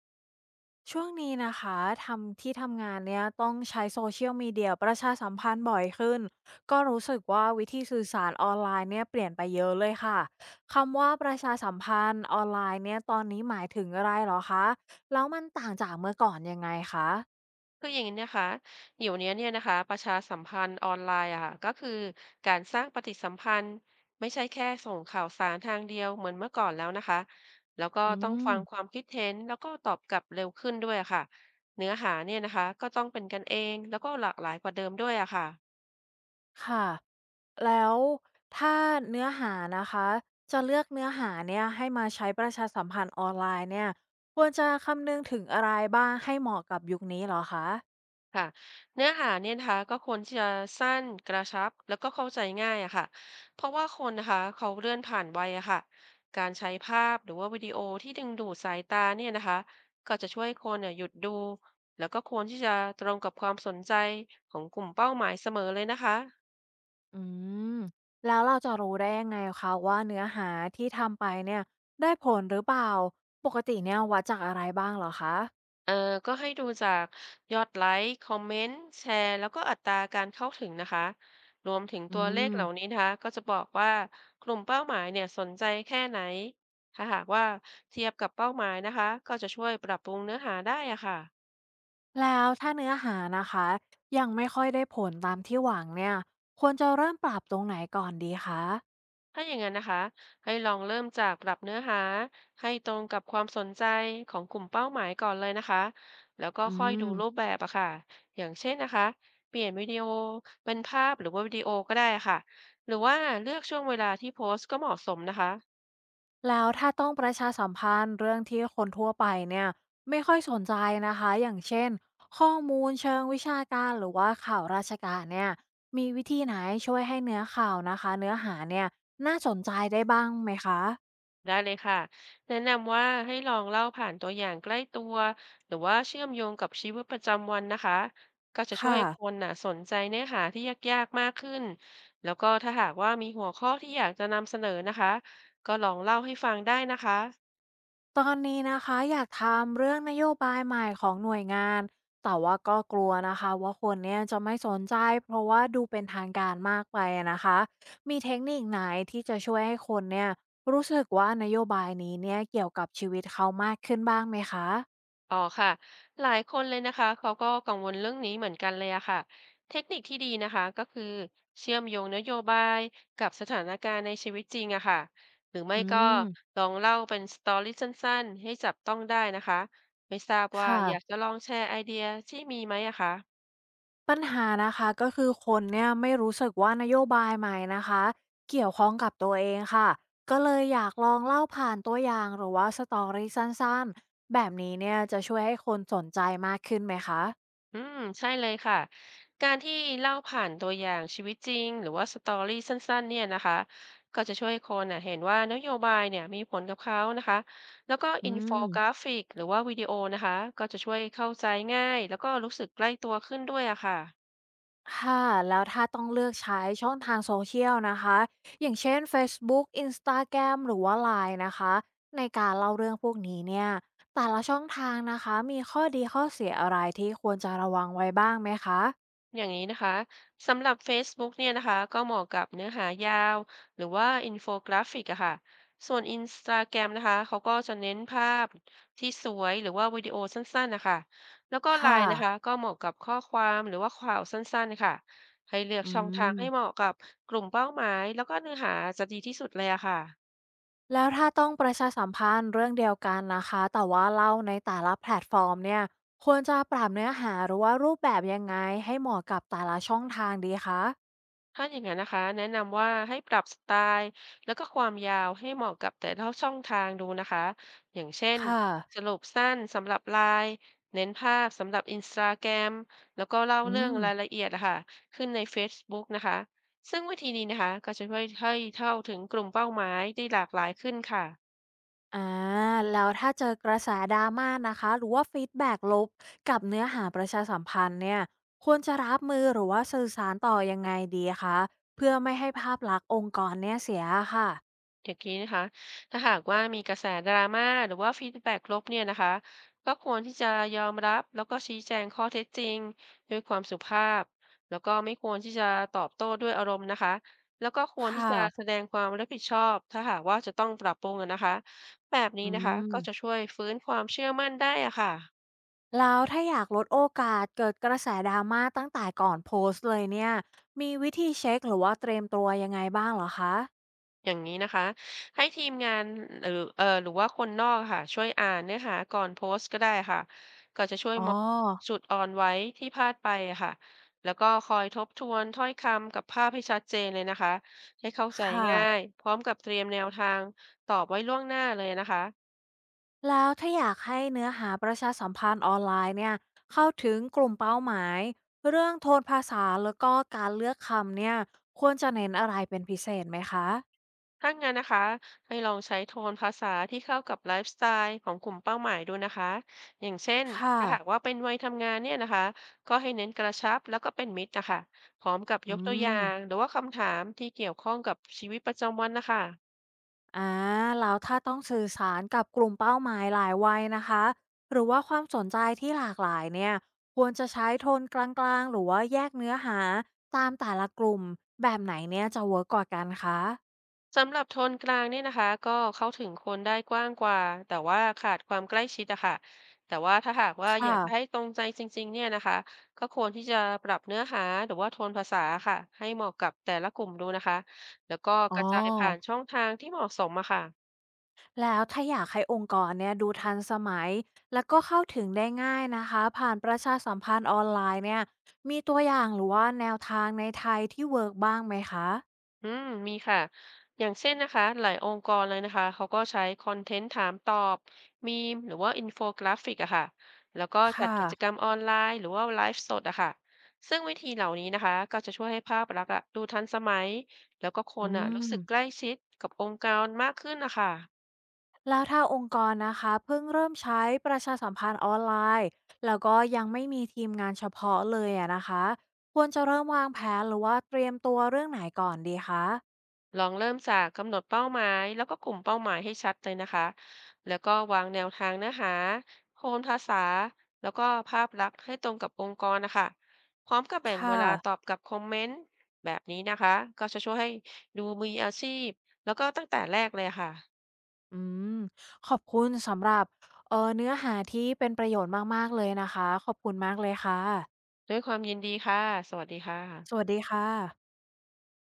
ช่วงนี้นะคะทำที่ทำงานเนี่ยต้องใช้ Social Media ประชาสัมพันธ์บ่อยขึ้นก็รู้สึกว่าวิธีสื่อสารออนไลน์เนี่ยเปลี่ยนไปเยอะเลยค่ะคำว่าประชาสัมพันธ์ออนไลน์เนี่ยตอนนี้หมายถึงอะไรเหรอคะแล้วมันต่างจากเมื่อก่อนยังไงคะคืออย่างนี้นะคะเดี๋ยวนี้เนี่ยนะคะประชาสัมพันธ์ออนไลน์อะค่ะก็คือการสร้างปฏิสัมพันธ์ไม่ใช่แค่ส่งข่าวสารทางเดียวเหมือนเมื่อก่อนแล้วนะคะแล้วก็อืต้องฟังความมคิดเห็นแล้วก็ตอบกลับเร็วขึ้นด้วยอะค่ะเนื้อหาเนี่ยนะคะก็ต้องเป็นกันเองแล้วก็หลากหลายกว่าเดิมด้วยอะค่ะ ค่ะแล้วถ้าเนื้อหานะคะจะเลือกเนื้อหาเนี่ยให้มาใช้ประชาสัมพันธ์ออนไลน์เนี่ยควรจะคำนึงถึงอะไรบ้างให้เหมาะกับยุคนี้เหรอคะ ค่ะเนื้อหาเนี่ยนะคะก็ควรที่จะสั้นกระชับแล้วก็เข้าใจง่ายอะค่ะเพราะว่าคนนะคะเขาเลื่อนผ่านไวัยอะค่ะการใช้ภาพหรือว่าวิดีโอที่ดึงดูดสายตาเนี่ยนะคะก็จะช่วยคนเนี่ยหยุดดูแล้วก็ควรที่จะตรงกับความสนใจของกลุ่มเป้าหมายเสมอเลยนะคะ อืมแล้วเราจะรู้ได้ยังไงคะว่าเนื้อหาที่ทำไปเนี่ยได้ผลหรือเปล่าปกติเนี่ยวัดจากอะไรบ้างเหรอคะเอ่อก็ให้ดูจากยอดไลค์คอมเมนต์แชร์แล้วก็อัตราการเข้าถึงนะคะรวมถึงอืตัวเลขเหล่านี้มนะคะก็จะบอกว่ากลุ่มเป้าหมายเนี่ยสนใจแค่ไหนถ้าหากว่าเทียบกับเป้าหมายนะคะก็จะช่วยปรับปรุงเนื้อหาได้อะค่ะ แล้วถ้าเนื้อหานะคะยังไม่ค่อยได้ผลตามที่หวังเนี่ยควรจะเริ่มปรับตรงไหนก่อนดีคะถ้าอย่างนั้นนะคะให้ลองเริ่มจากปรับเนื้อหาให้ตรงกับความสนใจของกลุ่มเป้าหมายก่อนเลยนะคะแล้วก็อืค่อยดูม รูปแบบอะค่ะอย่างเช่นนะคะเปลี่ยนวิดีโอเป็นภาพหรือว่าวิดีโอก็ได้ค่ะหรือว่าเลือกช่วงเวลาที่โพสต์ก็เหมาะสมนะคะ แล้วถ้าต้องประชาสัมพันธ์เรื่องที่คนทั่วไปเนี่ยไม่ค่อยสนใจนะคะอย่างเช่นข้อมูลเชิงวิชาการหรือว่าข่าวราชการเนี่ยมีวิธีไหนช่วยให้เนื้อข่าวนะคะเนื้อหาเนี่ยน่าสนใจได้บ้างไหมคะได้เลยค่ะแนะนำว่าให้ลองเล่าผ่านตัวอย่างใกล้ตัวหรือว่าเชื่อมโยงกับชีวิตประจำวันนะคะก็จะช่วยค่ะ ให้คนน่ะสนใจเนื้อหาที่ยากๆมากขึ้นแล้วก็ถ้าหากว่ามีหัวข้อที่อยากจะนำเสนอนะคะก็ลองเล่าให้ฟังได้นะคะ ตอนนี้นะคะอยากทำเรื่องนโยบายใหม่ของหน่วยงานแต่ว่าก็กลัวนะคะว่าคนเนี่ยจะไม่สนใจเพราะว่าดูเป็นทางการมากไปอะนะคะมีเทคนิคไหนที่จะช่วยให้คนเนี่ยรู้สึกว่านโยบายนี้เนี่ยเกี่ยวกับชีวิตเขามากขึ้นบ้างไหมคะอ๋อค่ะหลายคนเลยนะคะเขาก็กังวลเรื่องนี้เหมือนกันเลยอะค่ะเทคนิคที่ดีนะคะก็คือเชื่อมโยงนโยบายกับสถานการณ์ในชีวิตจริงอะค่ะหรือไม่อืก็มลองเล่าเป็นสตอรี่สั้นๆให้จับต้องได้นะคะไม่ทราบคว่าอยาก่ะ จะลองแชร์ไอเดียที่มีไหมอะคะ ปัญหานะคะก็คือคนเนี่ยไม่รู้สึกว่านโยบายใหม่นะคะเกี่ยวข้องกับตัวเองค่ะก็เลยอยากลองเล่าผ่านตัวอย่างหรือว่าสตอรี่สั้นๆแบบนี้เนี่ยจะช่วยให้คนสนใจมากขึ้นไหมคะอืมใช่เลยค่ะ การที่เล่าผ่านตัวอย่างชีวิตจริงหรือว่าสตอรี่สั้นๆเนี่ยนะคะก็จะช่วยคนน่ะเห็นว่านโยบายเนี่ยมีผลกับเขานะคะแล้วก็อือินโฟมกราฟิกหรือว่าวิดีโอนะคะก็จะช่วยเข้าใจง่ายแล้วก็รู้สึกใกล้ตัวขึ้นด้วยอะค่ะ ค่ะแล้วถ้าต้องเลือกใช้ช่องทางโซเชียลนะคะอย่างเช่น Facebook Instagram หรือว่า LINE นนะคะในการเล่าเรื่องพวกนี้เนี่ยแต่ละช่องทางนะคะมีข้อดีข้อเสียอะไรที่ควรจะระวังไว้บ้างไหมคะอย่างนี้นะคะสำหรับ Facebook เนี่ยนะคะก็เหมาะกับเนื้อหายาวหรือว่าอินโฟกราฟิกอะค่ะส่วน Instagram นะคะเขาก็จะเน้นภาพที่สวยหรือว่าวิดีโอสั้นๆนะคะแล้วก็ ค่ะ LINE นนะคะก็เหมาะกับข้อความหรือว่าข่าวสั้นๆค่ะให้เลือกอืช่องทางมให้เหมาะกับกลุ่มเป้าหมายแล้วก็เนื้อหาจะดีที่สุดเลยอะค่ะ แล้วถ้าต้องประชาสัมพันธ์เรื่องเดียวกันนะคะแต่ว่าเล่าในแต่ละแพลตฟอร์มเนี่ยควรจะปรับเนื้อหาหรือว่ารูปแบบยังไงให้เหมาะกับแต่ละช่องทางดีคะถ้าอย่างนั้นนะคะแนะนำว่าให้ปรับสไตล์แล้วก็ความยาวให้เหมาะกับแต่ละช่องทางดูนะคะอย่างเช่นค่ะสรุปสั้นสำหรับไลน์เน้นภาพสำหรับ Instagram แกรมแล้วก็เล่าอืเรื่องมรายละเอียดอะค่ะขึ้นใน Facebook นะคะซึ่งวิธีนี้นะคะก็จะช่วยให้เข้าถึงกลุ่มเป้าหมายได้หลากหลายขึ้นค่ะ อาแล้วถ้าเจอกระแสดราม่านะคะหรือว่าฟีดแบ็กลบกับเนื้อหาประชาสัมพันธ์เนี่ยควรจะรับมือหรือว่าสื่อสารต่อยังไงดีคะเพื่อไม่ให้ภาพลักษณ์องค์กรเนี่ยเสียค่ะอย่างนี้นะคะ ถ้าหากว่ามีกระแสดราม่าหรือว่าฟีดแบ็กลบเนี่ยนะคะก็ควรที่จะยอมรับแล้วก็ชี้แจงข้อเท็จจริงด้วยความสุภาพแล้วก็ไม่ควรที่จะตอบโต้ด้วยอารมณ์นะคะแล้วก็ควรค่ที่จะแสดะงความรับผิดชอบถ้าหากว่าจะต้องปรับปรุงอะนะคะแบบนี้อืนะคะก็จะม ช่วยฟื้นความเชื่อมั่นได้อะค่ะ แล้วถ้าอยากลดโอกาสเกิดกระแสดราม่าตั้งแต่ก่อนโพสต์เลยเนี่ยมีวิธีเช็คหรือว่าเตรียมตัวยังไงบ้างเหรอคะอย่างนี้นะคะให้ทีมงานหรือหรือว่าคนนอกค่ะช่วยอ่านเนื้อหาก่อนโพสต์ก็ได้ค่ะก็จะช่วยอ๋อมองจุดอ่อนไว้ที่พลาดไปอะค่ะแล้วก็คอยทบทวนถ้อยคำกับภาพให้ชัดเจนเลยนะคะให้เข้าใจค่ะง่ายพร้อมกับเตรียมแนวทางตอบไว้ล่วงหน้าเลยนะคะ แล้วถ้าอยากให้เนื้อหาประชาสัมพันธ์ออนไลน์เนี่ยเข้าถึงกลุ่มเป้าหมายเรื่องโทนภาษาแล้วก็การเลือกคำเนี่ยควรจะเน้นอะไรเป็นพิเศษไหมคะถ้างั้นนะคะให้ลองใช้โทนภาษาที่เข้ากับไลฟ์สไตล์ของกลุ่มเป้าหมายดูนะคะอย่างเช่นค่ะถ้าหากว่าเป็นวัยทำงานเนี่ยนะคะก็ให้เน้นกระชับแล้วก็เป็นมิตรนะคะพร้อมกับยอืกตัวอย่างม หรือว่าคำถามที่เกี่ยวข้องกับชีวิตประจำวันนะคะ อ่าแล้วถ้าต้องสื่อสารกับกลุ่มเป้าหมายหลายวัยนะคะหรือว่าความสนใจที่หลากหลายเนี่ยควรจะใช้โทนกลางๆหรือว่าแยกเนื้อหาตามแต่ละกลุ่มแบบไหนเนี่ยจะเวิร์กกว่ากันคะสำหรับโทนกลางเนี่ยนะคะก็เข้าถึงคนได้กว้างกว่าแต่ว่าขาดความใกล้ชิดอะค่ะแต่ว่าถ้าหากว่าคอยากจะให้่ะตรงใจจริงๆเนี่ยนะคะก็ควรที่จะปรับเนื้อหาหรือว่าโทนภาษาค่ะให้เหมาะกับแต่ละกลุ่มดูนะคะแล้วก็อ๋กอระจายผ่านช่องทางที่เหมาะสมอะค่ะ แล้วถ้าอยากให้องค์กรเนี่ยดูทันสมัยแล้วก็เข้าถึงได้ง่ายนะคะผ่านประชาสัมพันธ์ออนไลน์เนี่ยมีตัวอย่างหรือว่าแนวทางในไทยที่เวิร์กบ้างไหมคะอืมมีค่ะอย่างเช่นนะคะหลายองค์กรเลยนะคะเขาก็ใช้คอนเทนต์ถามตอบมีมหรือว่าอินโฟกราฟิกอะค่ะแล้วก็จัดค่ะกิจกรรมออนไลน์หรือว่าไลฟ์สดอะค่ะซึ่งวิธีเหล่านี้นะคะก็จะช่วยให้ภาพลักษณ์อะดูทันสมัยแล้วก็คอืนอะรู้สึกใกล้ม ชิดกับองค์กรมากขึ้นนะคะ แล้วถ้าองค์กรนะคะเพิ่งเริ่มใช้ประชาสัมพันธ์ออนไลน์แล้วก็ยังไม่มีทีมงานเฉพาะเลยอะนะคะควรจะเริ่มวางแผนหรือว่าเตรียมตัวเรื่องไหนก่อนดีคะลองเริ่มจากกำหนดเป้าหมายแล้วก็กลุ่มเป้าหมายให้ชัดเลยนะคะ แล้วก็วางแนวทางเนื้อหาโทนภาษาแล้วก็ภาพลักษณ์ให้ตรงกับองค์กรนะคะ พร้อมกับแบ่งเวค่ะลาตอบกับคอมเมนต์แบบนี้นะคะ ก็จะช่วยให้ดูมืออาชีพแล้วก็ตั้งแต่แรกเลยค่ะ อืมขอบคุณสำหรับเนื้อหาที่เป็นประโยชน์มากๆเลยนะคะขอบคุณมากเลยค่ะด้วยความยินดีค่ะ สวัสดีค่ะสวัสดีค่ะ